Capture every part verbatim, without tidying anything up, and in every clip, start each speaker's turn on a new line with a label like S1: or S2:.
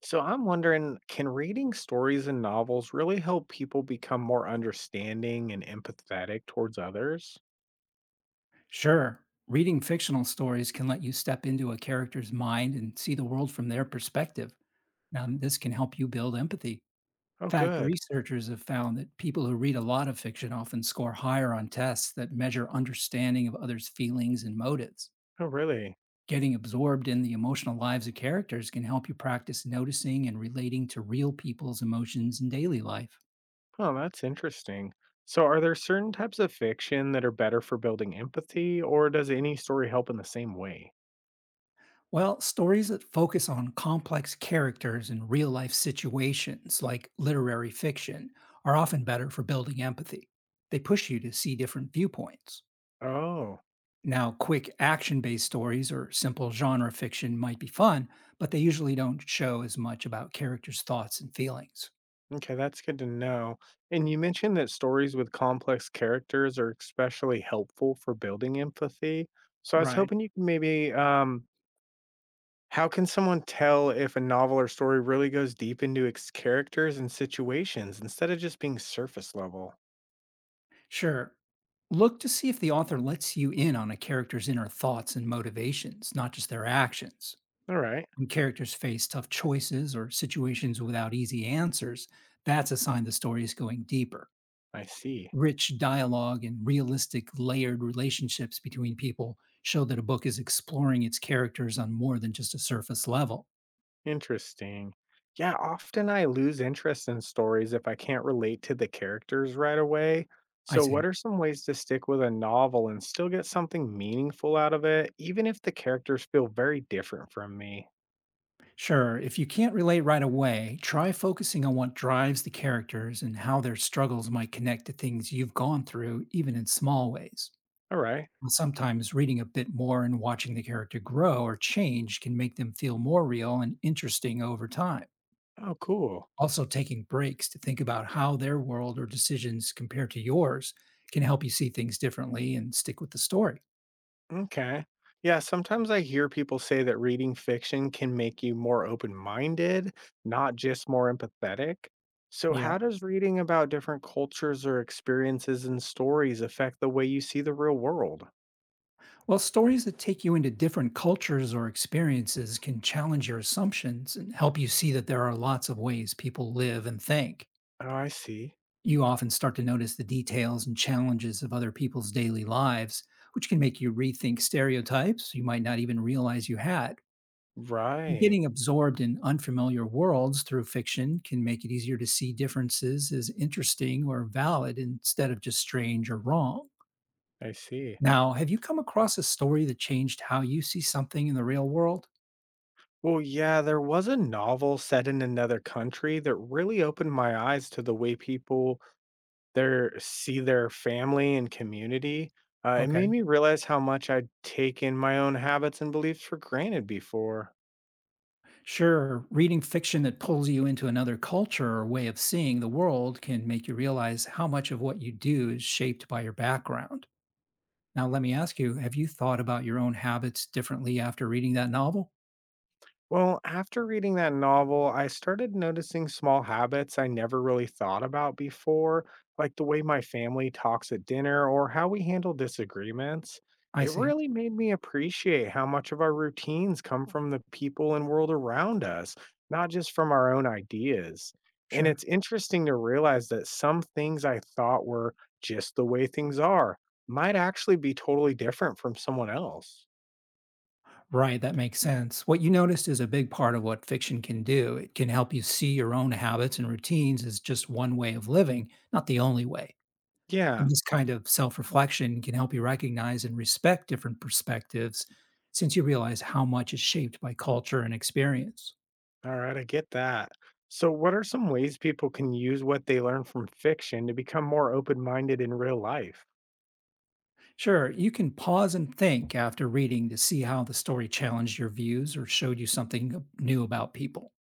S1: So I'm wondering, can reading stories and novels really help people become more understanding and empathetic towards others?
S2: Sure, reading fictional stories can let you step into a character's mind and see the world from their perspective. Now, this can help you build empathy. In
S1: Oh,
S2: fact,
S1: good.
S2: researchers have found that people who read a lot of fiction often score higher on tests that measure understanding of others' feelings and motives.
S1: Oh, really?
S2: Getting absorbed in the emotional lives of characters can help you practice noticing and relating to real people's emotions in daily life.
S1: Oh, that's interesting. So are there certain types of fiction that are better for building empathy, or does any story help in the same way?
S2: Well, stories that focus on complex characters and real life situations, like literary fiction, are often better for building empathy. They push you to see different viewpoints.
S1: Oh,
S2: Now, quick action based stories or simple genre fiction might be fun, but they usually don't show as much about characters' thoughts and feelings.
S1: okay, that's good to know. And you mentioned that stories with complex characters are especially helpful for building empathy. So I was
S2: Right.
S1: hoping you could maybe um, how can someone tell if a novel or story really goes deep into its characters and situations instead of just being surface level?
S2: Sure. Look to see if the author lets you in on a character's inner thoughts and motivations, not just their actions.
S1: All right,
S2: When characters face tough choices or situations without easy answers, that's a sign the story is going deeper.
S1: I see.
S2: Rich dialogue and realistic, layered relationships between people show that a book is exploring its characters on more than just a surface level.
S1: Interesting. Yeah, often I lose interest in stories if I can't relate to the characters right away.
S2: I
S1: So,
S2: see.
S1: what are some ways to stick with a novel and still get something meaningful out of it, even if the characters feel very different from me?
S2: Sure, if you can't relate right away, try focusing on what drives the characters and how their struggles might connect to things you've gone through, even in small ways.
S1: All right.
S2: And sometimes reading a bit more and watching the character grow or change can make them feel more real and interesting over time.
S1: Oh, cool.
S2: Also, taking breaks to think about how their world or decisions compare to yours can help you see things differently and stick with the story.
S1: Okay. Yeah, sometimes I hear people say that reading fiction can make you more open minded, not just more empathetic. So,
S2: Yeah.
S1: how does reading about different cultures or experiences and stories affect the way you see the real world?
S2: Well, stories that take you into different cultures or experiences can challenge your assumptions and help you see that there are lots of ways people live and think.
S1: Oh, I see.
S2: You often start to notice the details and challenges of other people's daily lives, which can make you rethink stereotypes you might not even realize you had.
S1: Right.
S2: Getting absorbed in unfamiliar worlds through fiction can make it easier to see differences as interesting or valid instead of just strange or wrong.
S1: I see.
S2: Now, have you come across a story that changed how you see something in the real world?
S1: Well, yeah, there was a novel set in another country that really opened my eyes to the way people their see their family and community, uh, it made
S2: Okay.
S1: me realize how much I'd taken my own habits and beliefs for granted before.
S2: Sure, reading fiction that pulls you into another culture or way of seeing the world can make you realize how much of what you do is shaped by your background. Now, let me ask you, have you thought about your own habits differently after reading that novel?
S1: Well, after reading that novel, I started noticing small habits I never really thought about before, like the way my family talks at dinner or how we handle disagreements.
S2: I
S1: It
S2: see.
S1: really made me appreciate how much of our routines come from the people and world around us, not just from our own ideas. And
S2: Sure.
S1: it's interesting to realize that some things I thought were just the way things are might actually be totally different from someone else.
S2: Right, that makes sense. What you noticed is a big part of what fiction can do. It can help you see your own habits and routines as just one way of living, not the only way. And
S1: Yeah.
S2: this kind of self-reflection can help you recognize and respect different perspectives, since you realize how much is shaped by culture and experience.
S1: All right, I get that. So, what are some ways people can use what they learn from fiction to become more open minded in real life?
S2: Sure, you can pause and think after reading to see how the story challenged your views or showed you something new about people.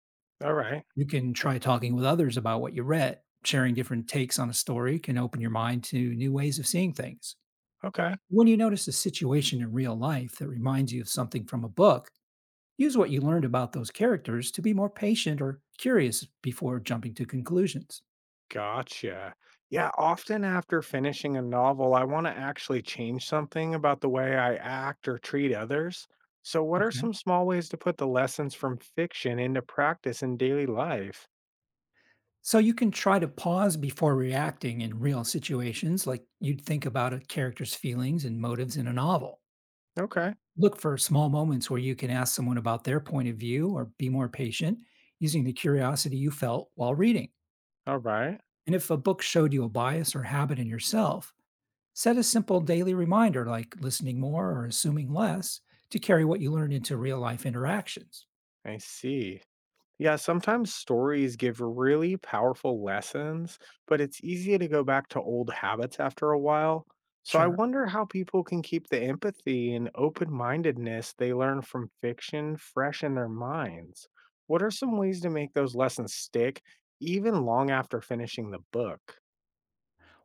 S1: All right.
S2: You can try talking with others about what you read. Sharing different takes on a story can open your mind to new ways of seeing things.
S1: Okay.
S2: When you notice a situation in real life that reminds you of something from a book, use what you learned about those characters to be more patient or curious before jumping to conclusions.
S1: Gotcha. Yeah. Often after finishing a novel, I want to actually change something about the way I act or treat others. So, what are
S2: Okay.
S1: some small ways to put the lessons from fiction into practice in daily life?
S2: So you can try to pause before reacting in real situations, like you'd think about a character's feelings and motives in a novel.
S1: Okay.
S2: Look for small moments where you can ask someone about their point of view or be more patient, using the curiosity you felt while reading.
S1: All right.
S2: And if a book showed you a bias or habit in yourself, set a simple daily reminder, like listening more or assuming less, to carry what you learned into real life interactions.
S1: I see. Yeah, sometimes stories give really powerful lessons, but it's easy to go back to old habits after a while. So I
S2: Sure.
S1: wonder how people can keep the empathy and open mindedness they learn from fiction fresh in their minds. What are some ways to make those lessons stick even long after finishing the book?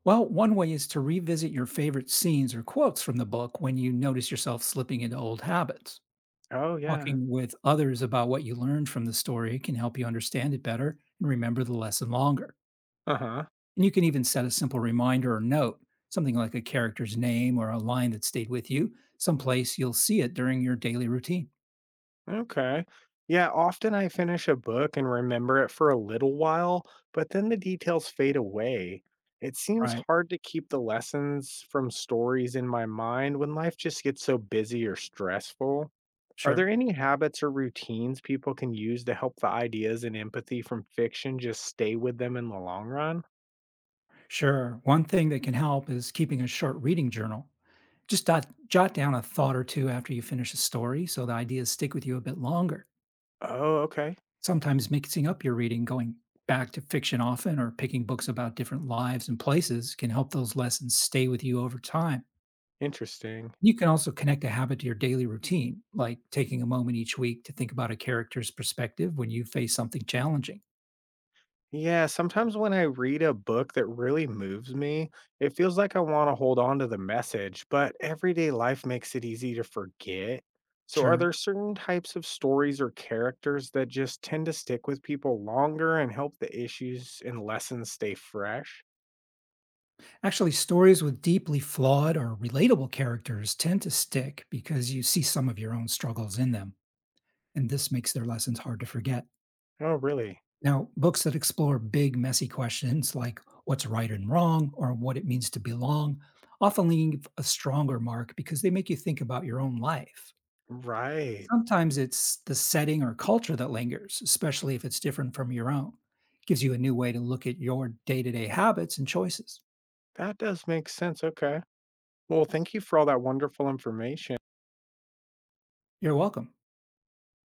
S2: Well, one way is to revisit your favorite scenes or quotes from the book when you notice yourself slipping into old habits.
S1: Oh, yeah.
S2: Talking with others about what you learned from the story can help you understand it better and remember the lesson longer.
S1: Uh huh.
S2: And you can even set a simple reminder or note, something like a character's name or a line that stayed with you, someplace you'll see it during your daily routine.
S1: Okay. Yeah, often I finish a book and remember it for a little while, but then the details fade away. It seems
S2: Right.
S1: hard to keep the lessons from stories in my mind when life just gets so busy or stressful. Are there
S2: Sure.
S1: any habits or routines people can use to help the ideas and empathy from fiction just stay with them in the long run?
S2: Sure. One thing that can help is keeping a short reading journal. Just dot jot down a thought or two after you finish a story so the ideas stick with you a bit longer.
S1: Oh, okay.
S2: Sometimes mixing up your reading, going back to fiction often, or picking books about different lives and places can help those lessons stay with you over time.
S1: Interesting.
S2: You can also connect a habit to your daily routine, like taking a moment each week to think about a character's perspective when you face something challenging.
S1: Yeah, sometimes when I read a book that really moves me, it feels like I want to hold on to the message, but everyday life makes it easy to forget. So, are
S2: Sure.
S1: there certain types of stories or characters that just tend to stick with people longer and help the issues and lessons stay fresh?
S2: Actually, stories with deeply flawed or relatable characters tend to stick because you see some of your own struggles in them, and this makes their lessons hard to forget.
S1: Oh, really?
S2: Now, books that explore big, messy questions, like what's right and wrong or what it means to belong, often leave a stronger mark because they make you think about your own life.
S1: Right.
S2: Sometimes it's the setting or culture that lingers, especially if it's different from your own. Gives you a new way to look at your day to day habits and choices.
S1: That does make sense. Okay. Well, thank you for all that wonderful information.
S2: You're welcome.